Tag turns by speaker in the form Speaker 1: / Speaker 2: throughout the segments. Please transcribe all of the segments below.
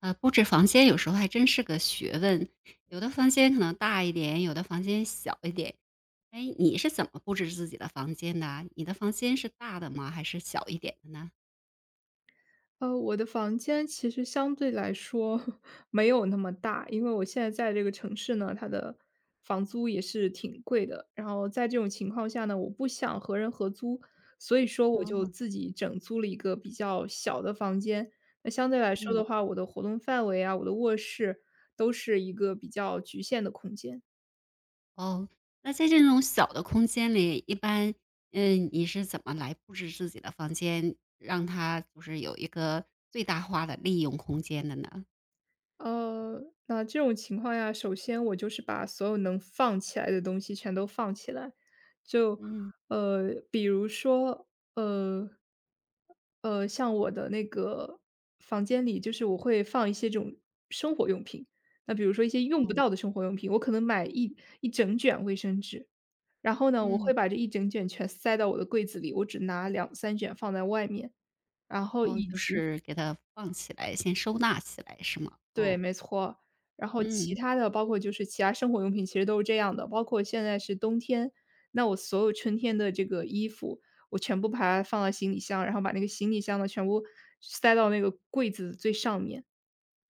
Speaker 1: 布置房间有时候还真是个学问，有的房间可能大一点，有的房间小一点。哎，你是怎么布置自己的房间的啊？你的房间是大的吗？还是小一点的呢？
Speaker 2: 我的房间其实相对来说 没有那么大，因为我现在在这个城市呢，它的房租也是挺贵的。然后在这种情况下呢，我不想和人合租，所以说我就
Speaker 1: 哦，
Speaker 2: 自己整租了一个比较小的房间。那相对来说的
Speaker 1: 嗯，
Speaker 2: 话，我的活动范围啊，我的卧室都是一个比较局限的空间。
Speaker 1: 哦，那在这种小的空间里，一般，嗯，你是怎么来布置自己的房间，让它就是有一个最大化的利用空间的呢？
Speaker 2: 呃，那这种情况下，首先我就是把所有能放起来的东西全都放起来，就
Speaker 1: 嗯，
Speaker 2: 比如说呃像我的那个房间里，就是我会放一些这种生活用品，那比如说一些用
Speaker 1: 哦，
Speaker 2: 不到的生活用品，我可能买一整卷卫生纸，然后呢，我会
Speaker 1: 嗯，
Speaker 2: 把这一整卷全塞到我的柜子里，我只拿两三卷放在外面，然后
Speaker 1: 哦，
Speaker 2: 以
Speaker 1: 就
Speaker 2: 及
Speaker 1: 是给它放起来，先收纳起来，是吗？
Speaker 2: 对，
Speaker 1: 哦，
Speaker 2: 没错。然后其
Speaker 1: 嗯，
Speaker 2: 他的包括就是其他生活用品，其实都是这样的。包括现在是冬天，那我所有春天的这个衣服，我全部把它放到行李箱，然后把那个行李箱呢，全部塞到那个柜子最上面。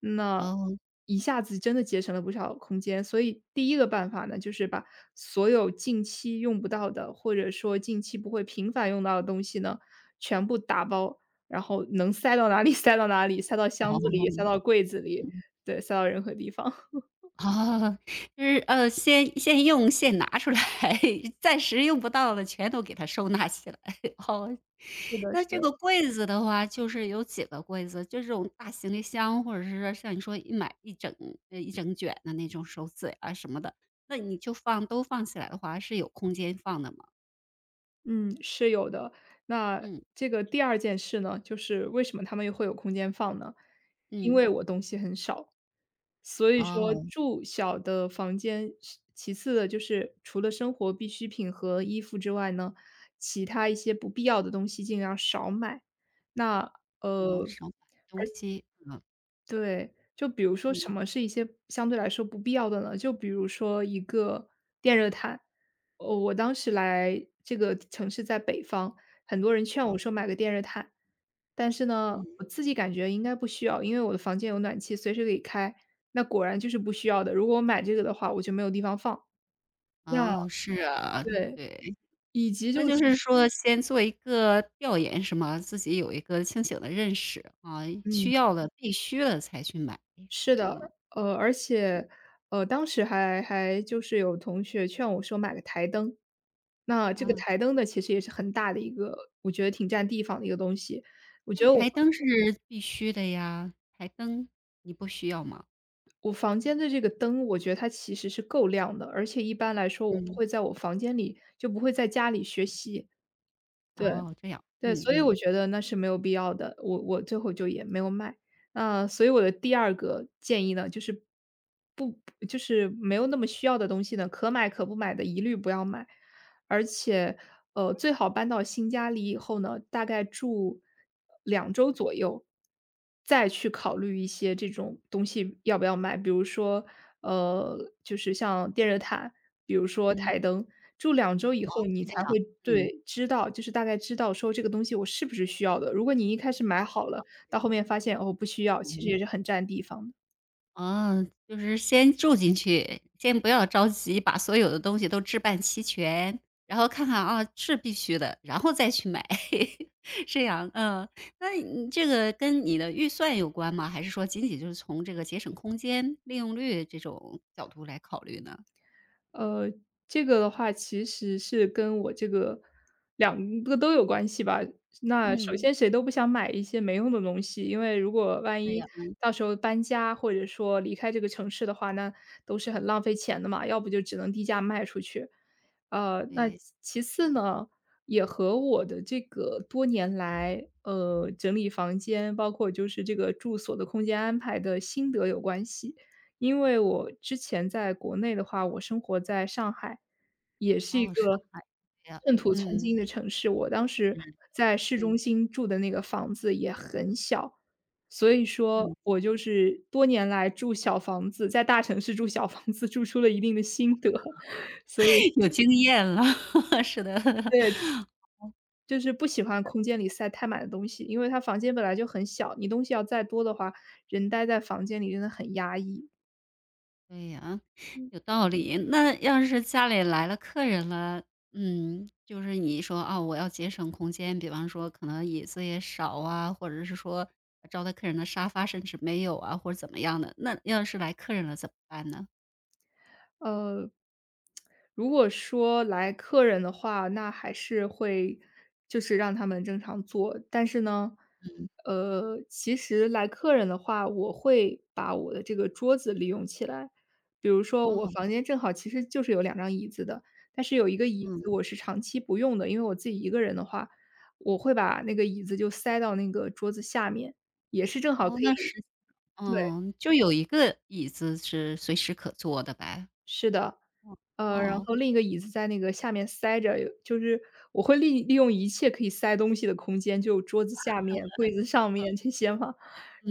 Speaker 2: 那
Speaker 1: 哦。
Speaker 2: 一下子真的节省了不少空间。所以第一个办法呢，就是把所有近期用不到的，或者说近期不会频繁用到的东西呢，全部打包，然后能塞到哪里 塞到哪里，塞到箱子里，塞到
Speaker 1: 哦，
Speaker 2: 柜子里。
Speaker 1: 嗯
Speaker 2: 对，塞到任何地方。
Speaker 1: 哦，就是先拿出来，暂时用不到的全都给它收纳起来。哦，
Speaker 2: 是的，
Speaker 1: 那
Speaker 2: 是
Speaker 1: 这个
Speaker 2: 的，
Speaker 1: 柜子的话，就是有几个柜子，就这种大行李箱，或者是说像你说一买一整卷的那种手纸啊什么的，那你就放都放起来的话，是有空间放的吗？
Speaker 2: 嗯，是有的。那
Speaker 1: 嗯
Speaker 2: 这个第二件事呢，就是为什么他们又会有空间放呢？因
Speaker 1: 嗯，
Speaker 2: 为我东西很少，所以说
Speaker 1: 哦，
Speaker 2: 住小的房间是其次的就是除了生活必需品和衣服之外呢，其他一些不必要的东西尽量少买。那，
Speaker 1: 我
Speaker 2: 呃
Speaker 1: 少买东西，嗯
Speaker 2: 对，就比如说什
Speaker 1: 嗯，
Speaker 2: 么是一些相对来说不必要的呢？就比如说一个电热毯，哦，我当时来这个城市在北方，很多人劝我
Speaker 1: 哦，
Speaker 2: 说买个电热毯，但是呢，
Speaker 1: 嗯，
Speaker 2: 我自己感觉应该不需要，因为我的房间有暖气，随时可以开。那果然就是不需要的，如果我买这个的话，我就没有地方放。那
Speaker 1: 哦，是啊，
Speaker 2: 对，
Speaker 1: 对。
Speaker 2: 以及就
Speaker 1: 那就
Speaker 2: 是
Speaker 1: 是说先做一个调研是吗？自己有一个清醒的认识，啊，
Speaker 2: 嗯。
Speaker 1: 需要了、必须了才去买。
Speaker 2: 是的，
Speaker 1: 嗯，
Speaker 2: 而且，当时还就是有同学劝我说买个台灯，那这个
Speaker 1: 啊，
Speaker 2: 台灯呢，其实也是很大的一个，我觉得挺占地方的一个东西。我觉
Speaker 1: 但
Speaker 2: 得我
Speaker 1: 台
Speaker 2: 房
Speaker 1: 灯是必须的呀，台灯你不需要吗？
Speaker 2: 我房间的这个灯，我觉得它其实是够亮的，而且一般来说我不
Speaker 1: 嗯，
Speaker 2: 会在我房间里，就不会在家里学习，对。
Speaker 1: 哦，这样，
Speaker 2: 对，
Speaker 1: 嗯
Speaker 2: 所以我
Speaker 1: 嗯，
Speaker 2: 觉得那是没有必要的，我最后就也没有卖。啊。所以我的第二个建议呢，就是不就是没有那么需要的东西呢，可买可不买的一律不要买。而且，最好搬到新家里以后呢，大概住两周左右，再去考虑一些这种东西要不要买。比如说，呃，就是像电热毯，比如说
Speaker 1: 嗯，
Speaker 2: 台灯，住两周以后你才
Speaker 1: 这样，
Speaker 2: 会
Speaker 1: 嗯，
Speaker 2: 对，知道就是大概知道说这个东西我是不是需要的。如果你一开始买好了，到后面发现，哦，不需要，其实
Speaker 1: 嗯。
Speaker 2: 也是很占地方的。
Speaker 1: 嗯，就是先住进去，先不要着急，把所有的东西都置办齐全，然后看看啊，是必须的，然后再去买，是这样。嗯，那你这个跟你的预算有关吗？还是说仅仅就是从这个节省空间、利用率这种角度来考虑呢？
Speaker 2: 呃，这个的话其实是跟我这个两个都有关系吧。那首
Speaker 1: 嗯，
Speaker 2: 先谁都不想买一些没用的东西，因为如果万
Speaker 1: 对
Speaker 2: 一
Speaker 1: 呀，
Speaker 2: 到时候搬家或者说离开这个城市的话，那都是很浪费钱的嘛，要不就只能低价卖出去。那
Speaker 1: 对，
Speaker 2: 其次呢，也和我的这个多年来，整理房间，包括就是这个住所的空间安排的心得有关系。因为我之前在国内的话，我生活在上海，也是一个
Speaker 1: 哦，上海，对呀，
Speaker 2: 寸
Speaker 1: 嗯
Speaker 2: 土寸
Speaker 1: 嗯
Speaker 2: 金的城市。我当时
Speaker 1: 嗯
Speaker 2: 在市中
Speaker 1: 嗯，
Speaker 2: 心住的那个房子也很小，所以说
Speaker 1: 嗯
Speaker 2: 我就是多年来住小房子，在大城市住小房子住出了一定的心得。所以
Speaker 1: 有经验了，是的。
Speaker 2: 对，就是不喜欢空间里塞太满的东西，因为它房间本来就很小，你东西要再多的话，人待在房间里真的很压抑。
Speaker 1: 对呀，有道理。那要是家里来了客人了，嗯，就是你说啊，我要节省空间，比方说可能椅子也少啊，或者是说招待客人的沙发甚至没有啊，或者怎么样的。那要是来客人了怎么办呢？
Speaker 2: 呃，如果说来客人的话，那还是会就是让他们正常做。但是呢，
Speaker 1: 嗯，
Speaker 2: 其实来客人的话，我会把我的这个桌子利用起来。比如说我
Speaker 1: 哦，
Speaker 2: 房间正好其实就是有两张椅子的，但是有一个椅
Speaker 1: 嗯，
Speaker 2: 子我是长期不用的，因为我自己一个人的话，我会把那个椅子就塞到那个桌子下面，也是正好可
Speaker 1: 哦，那
Speaker 2: 以
Speaker 1: 是，嗯，就有一个椅子是随时可坐的呗。
Speaker 2: 是的，然
Speaker 1: 哦，
Speaker 2: 后另一个椅子在那个下面塞着，就是我会利用一切可以塞东西的空间，就桌子下面、柜子上面这些嘛。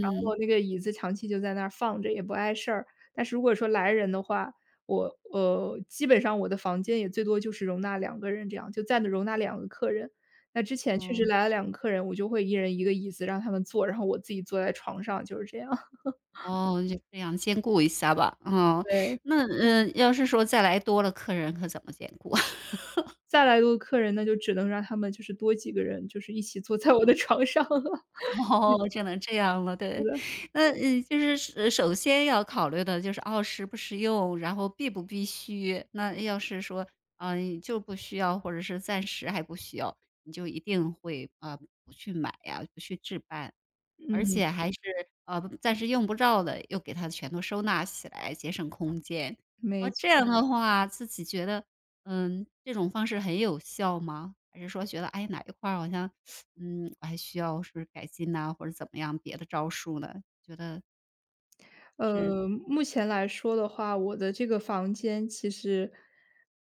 Speaker 2: 然后那个椅子长期就在那儿放着，也不碍事儿。但是如果说来人的话，我基本上我的房间也最多就是容纳两个人这样，就暂的容纳两个客人。那之前确实
Speaker 1: 哦，
Speaker 2: 来了两个客人，我就会一人一个椅子让他们坐，然后我自己坐在床上，就是这样。
Speaker 1: 哦，就这样兼顾一下吧。哦，
Speaker 2: 对。
Speaker 1: 那嗯，要是说再来多了客人可怎么兼顾啊？
Speaker 2: 再来多客人，那就只能让他们就是多几个人，就是一起坐在我的 床上了，
Speaker 1: 哦，只能这样了，
Speaker 2: 是
Speaker 1: 对。
Speaker 2: 的
Speaker 1: 那，嗯，就是是首先要考虑的就是，哦，实不实用，然后必不必须。那要是说，嗯，就不需要，或者是暂时还不需要，你就一定会，啊，不去买呀，不去置办。而且还是，暂时用不着的，又给它全都收纳起来，节省空间。
Speaker 2: 没
Speaker 1: 哦，这
Speaker 2: 错。
Speaker 1: 样嗯的话，自己觉得，嗯，这种方式很有效吗？还是说觉得，哎，哪一块儿好像，嗯，我还需要是改进呐，或者怎么样别的招数呢？觉得是
Speaker 2: 目前来说的话，我的这个房间其实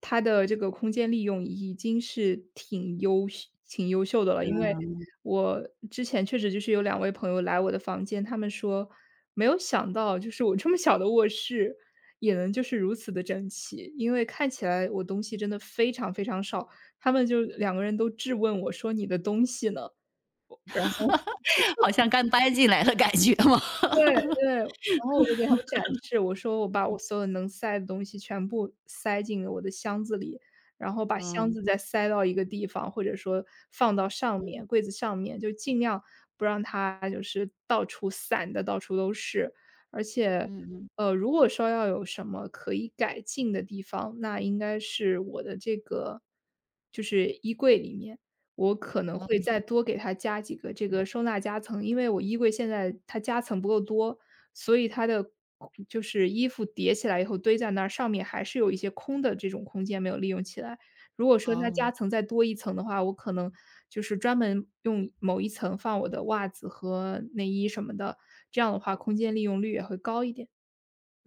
Speaker 2: 它的这个空间利用已经是挺优秀挺优秀的了。因为我之前确实就是有两位朋友来我的房间，他们说没有想到就是我这么小的卧室也能就是如此的整齐，因为看起来我东西真的非常非常少，他们就两个人都质问我说：“你的东西呢？”然后
Speaker 1: 好像干掰进来的感觉吗？
Speaker 2: 对 对，然后我就给他们展示，我说我把我所有能塞的东西全部塞进了我的箱子里，然后把箱
Speaker 1: 嗯，
Speaker 2: 子再塞到一个地方，或者说放到上
Speaker 1: 嗯，
Speaker 2: 面，柜子上面，就尽量不让它就是到处散的到处都是。而且，
Speaker 1: 嗯嗯，
Speaker 2: 如果说要有什么可以改进的地方，那应该是我的这个就是衣柜里面。我可能
Speaker 1: 哦，
Speaker 2: 会再多给它加几个这个收纳夹层，因为我衣柜现在它夹层不够多，所以它的就是衣服叠起来以后堆在那儿，上面还是有一些空的这种空间没有利用起来。如果说它
Speaker 1: 哦。
Speaker 2: 夹层再多一层的话，我可能就是专门用某一层放我的袜子和内衣什么的，这样的话空间利用率也会高一点。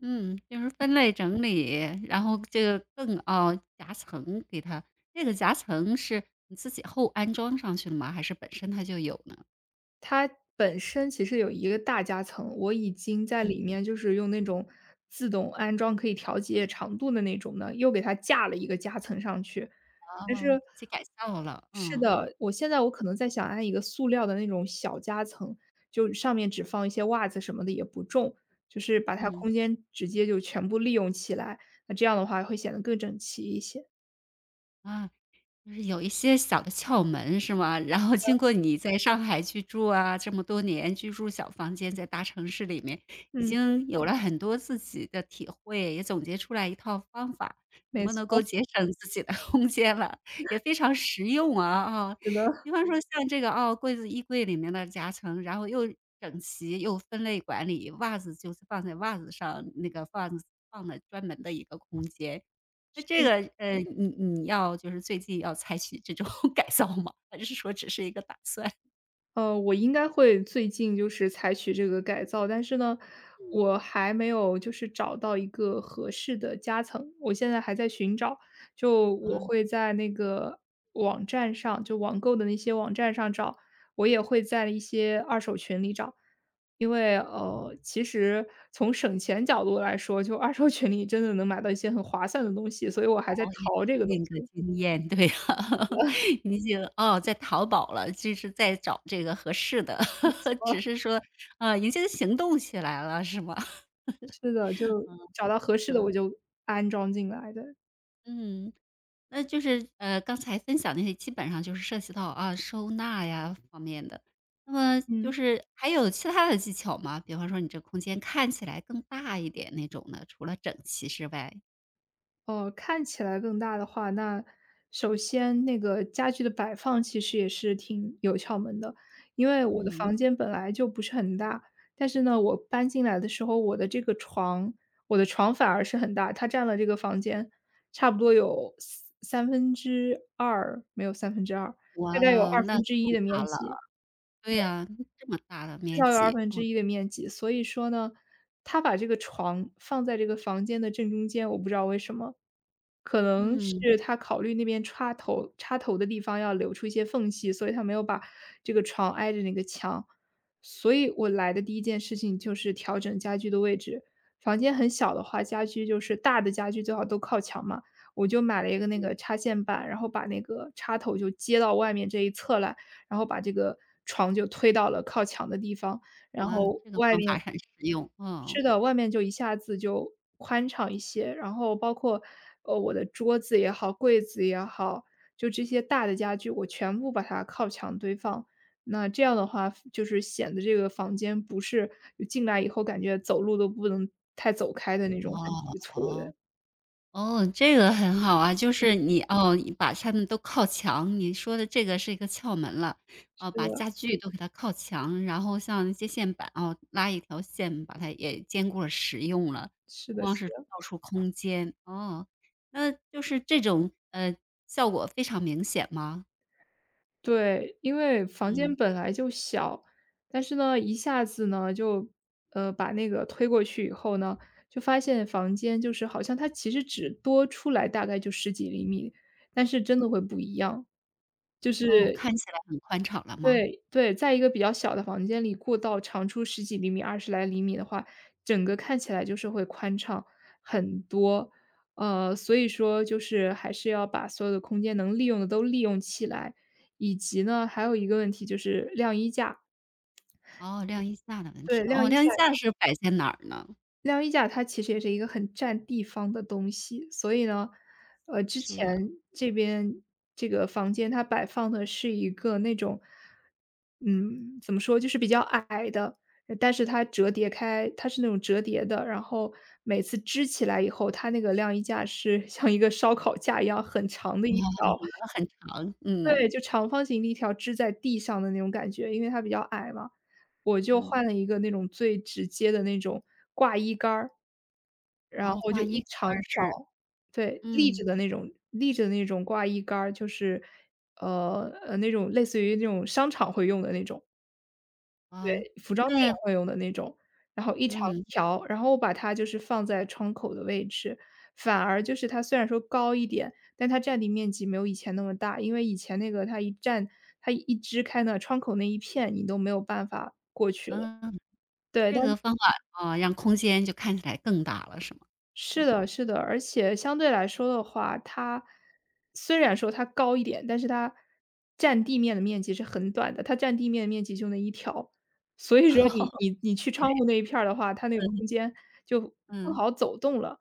Speaker 1: 嗯，就是分类整理，然后这个更哦，夹层给它那个夹层是你自己后安装上去的吗？还是本身它就有呢？
Speaker 2: 它本身其实有一个大夹层，我已经在
Speaker 1: 嗯，
Speaker 2: 里面就是用那种自动安装可以调节长度的那种呢，又给它架了一个夹层上去。
Speaker 1: 然
Speaker 2: 但
Speaker 1: 后
Speaker 2: 是
Speaker 1: 自己改造了，
Speaker 2: 是
Speaker 1: 嗯，
Speaker 2: 的，我现在可能在想安一个塑料的那种小夹层，就上面只放一些袜子什么的也不重，就是把它
Speaker 1: 嗯，
Speaker 2: 空间直接就全部利用起来。那这样的话会显得更整齐一些。
Speaker 1: 啊。就是有一些小的窍门是吗？然后经过你在上海居住啊，这么多年居住小房间，在大城市里面，已
Speaker 2: 嗯，
Speaker 1: 经有了很多自己的体会，也总结出来一套方法，怎
Speaker 2: 没
Speaker 1: 么
Speaker 2: 错，
Speaker 1: 能够节省自己的 空间了，也非常实用啊啊！
Speaker 2: 是的。
Speaker 1: 比方说像这个哦，柜子衣柜里面的夹层，然后又整齐又分类管理，袜子就是放在袜子上，那个放了专门的一个空间，那这个，你要就是最近要采取这种 改造吗？还是说只是一个打算？
Speaker 2: 我应该会最近就是采取这个改造，但是呢，我还没有就是找到一个合适的夹层，我现在还在寻找。就我
Speaker 1: 啊，是
Speaker 2: 会在那个网站上，就网购的那些网站上找，我也会在一些二手群里找。因为其实从省钱角度来说，就二手群里真的能买到一些很划算的东西，所以我还在淘这个东
Speaker 1: 另一个
Speaker 2: 西。
Speaker 1: 经验，对呀，你已经哦，在淘宝了，就是在找这个合适的，
Speaker 2: 哦，
Speaker 1: 只是说，啊，已经行动起来了是吗？
Speaker 2: 是的，就找到合适的我
Speaker 1: 嗯，
Speaker 2: 就安装进来的，
Speaker 1: 嗯。那就是，刚才分享那些基本上就是涉及到，啊，收纳呀方面的。那么
Speaker 2: 嗯。
Speaker 1: 就是还有其他的技巧吗？比方说你这空间看起来更大一点那种的，除了整齐之外？
Speaker 2: 哦，看起来更大的话，那首先那个家具的摆放其实也是挺有窍门的。因为我的房
Speaker 1: 嗯。
Speaker 2: 间本来就不是很大，但是呢，我搬进来的时候，我的这个床，我的床反而是很大，它占了这个房间差不多有三分之二，没有三分之二，
Speaker 1: 哇
Speaker 2: 大概有
Speaker 1: 哦，
Speaker 2: 二
Speaker 1: 那
Speaker 2: 分之一
Speaker 1: 更
Speaker 2: 的
Speaker 1: 大
Speaker 2: 面
Speaker 1: 了。
Speaker 2: 积。
Speaker 1: 对呀，这么大的
Speaker 2: 至
Speaker 1: 面
Speaker 2: 少有二
Speaker 1: 积，
Speaker 2: 分
Speaker 1: 哦，
Speaker 2: 之一的面积。所以说呢，他把这个床放在这个房间的正中间，我不知道为什么。可能
Speaker 1: 嗯，
Speaker 2: 是他考虑那边插头的地方要留出一些缝隙，所以他没有把这个床挨着那个墙。所以我来的第一件事情就是调整家具的位置。房间很小的话，家具就是大的家具最好都靠墙嘛，我就买了一个那个插线板，然后把那个插头就接到外面这一侧来，然后把这个床就推到了靠墙的地方，然
Speaker 1: 哇，
Speaker 2: 后
Speaker 1: 这个
Speaker 2: 外
Speaker 1: 方
Speaker 2: 面
Speaker 1: 法很实用，嗯，
Speaker 2: 是的，外面就一下子就宽敞一些。然后包括，我的桌子也好，柜子也好，就这些大的家具，我全部把它靠墙堆放。那这样的话就是显得这个房间不是就进来以后感觉走路都不能太走开的那种很局
Speaker 1: 哦
Speaker 2: 促
Speaker 1: 哦。
Speaker 2: 的，
Speaker 1: 哦，这个很好啊，就是你哦，你把它们都靠墙，你说的这个是一个窍门了，
Speaker 2: 是
Speaker 1: 哦，把
Speaker 2: 的，
Speaker 1: 家具都给它靠墙，然后像接线板哦，拉一条线把它也兼顾了使用了，
Speaker 2: 是
Speaker 1: 不
Speaker 2: 的
Speaker 1: 光
Speaker 2: 是
Speaker 1: 是造
Speaker 2: 的。
Speaker 1: 出空间，哦，那就是这种效果非常明显吗？
Speaker 2: 对，因为房间
Speaker 1: 嗯
Speaker 2: 本来就小，但是呢，一下子呢，就，把那个推过去以后呢，就发现房间就是好像它其实只多出来大概就十几厘米，但是真的会
Speaker 1: 嗯，
Speaker 2: 不一样。就是
Speaker 1: 哦，
Speaker 2: 嗯
Speaker 1: 看起来很宽敞了吗？
Speaker 2: 对对，在一个比较小的房间里，过道长出十几厘米、二十来厘米的话，整个看起来就是会宽敞很多。所以说就是还是要把所有的空间能利用的都利用起来，以及呢，还有一个问题就是晾衣架。
Speaker 1: 哦，晾衣架的问
Speaker 2: 对，
Speaker 1: 题，
Speaker 2: 晾
Speaker 1: 哦，
Speaker 2: 衣
Speaker 1: 晾
Speaker 2: 架
Speaker 1: 衣架是摆在哪儿呢？
Speaker 2: 晾衣架它其实也是一个很占地方的东西，所以呢，之
Speaker 1: 是啊，
Speaker 2: 前这边这个房间它摆放的是一个那种，嗯，怎么说，就是比较矮的，但是它折叠开，它是那种折叠的，然后每次支起来以后，它那个晾衣架是 像一个烧烤架一样很长的一条，
Speaker 1: 很长，
Speaker 2: 对，
Speaker 1: 嗯
Speaker 2: 就长方形的一条支在地上的那种感觉，因为它比较矮嘛。我就
Speaker 1: 嗯。
Speaker 2: 换了一个那种最直接的那种挂衣杆儿，然
Speaker 1: 哦，
Speaker 2: 后就
Speaker 1: 挂一
Speaker 2: 一
Speaker 1: 个
Speaker 2: 长
Speaker 1: 二
Speaker 2: 条，
Speaker 1: 十，
Speaker 2: 对，立
Speaker 1: 嗯，
Speaker 2: 着的那种立着的那种挂衣杆儿，就是，那种类似于那种商场会用的那种，
Speaker 1: 哦，
Speaker 2: 对，服装店
Speaker 1: 那
Speaker 2: 会用的那种，然后一长
Speaker 1: 嗯，
Speaker 2: 条，然后我把它就是放在窗口的位置。反而就是它虽然说高一点，但它占地面积没有以前那么大，因为以前那个它一支开呢，窗口那一片你都没有办法过去了。
Speaker 1: 嗯，
Speaker 2: 对，
Speaker 1: 这
Speaker 2: 但
Speaker 1: 个方法，哦，让空间就看起来更大了是吗？
Speaker 2: 是
Speaker 1: 嗯
Speaker 2: 的是的，而且相对来说的话，它虽然说它高一点，但是它占地面的面积是很短的，它占地面的面积就那一条。所以说你你 你去窗户那一片儿的话，它那个
Speaker 1: 嗯，
Speaker 2: 空间就更
Speaker 1: 嗯。
Speaker 2: 好走动了。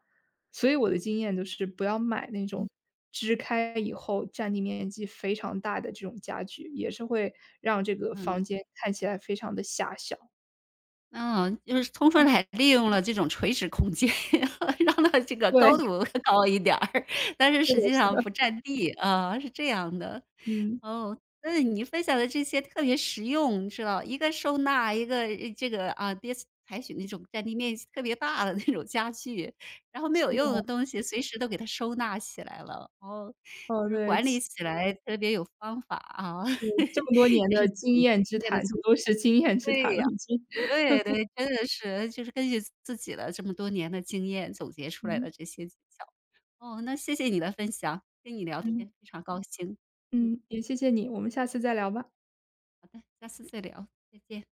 Speaker 2: 所以我的经验就是不要买那种支开以后占地面积非常大的这种家具，也是会让这个房间看起来非常的狭小。
Speaker 1: 嗯，就是充分来利用了这种垂直空间，让它这个
Speaker 2: 对，
Speaker 1: 高 度高一点儿，但是
Speaker 2: 是的
Speaker 1: 实际
Speaker 2: 是
Speaker 1: 上
Speaker 2: 的，
Speaker 1: 不占地，啊，是这样的。
Speaker 2: 嗯，
Speaker 1: 哦，那你分享的这些特别实用，你知道，一个收纳，一个这个啊，别采取那种占地面积特别大的那种家具，然后没
Speaker 2: 是
Speaker 1: 有用
Speaker 2: 的，
Speaker 1: 的东西随时都给它收纳起来了，哦，
Speaker 2: 哦，
Speaker 1: 就是
Speaker 2: 对。
Speaker 1: 管理起来特别有方法啊，
Speaker 2: 对，这 么多年
Speaker 1: 也
Speaker 2: 的
Speaker 1: 是自
Speaker 2: 经
Speaker 1: 己
Speaker 2: 验之
Speaker 1: 经验的
Speaker 2: 谈，这
Speaker 1: 总
Speaker 2: 都
Speaker 1: 结
Speaker 2: 是经验之
Speaker 1: 对
Speaker 2: 谈了
Speaker 1: 呀。
Speaker 2: 已经。
Speaker 1: 对对，真的是，就是根据自己的这么多年的经验总结出来
Speaker 2: 嗯，
Speaker 1: 的这些技巧。哦，那谢谢你的分享，跟你聊
Speaker 2: 嗯，
Speaker 1: 天非常高兴。嗯，
Speaker 2: 嗯，也谢谢你，我们下次再聊吧。
Speaker 1: 好的，下次再聊，再见。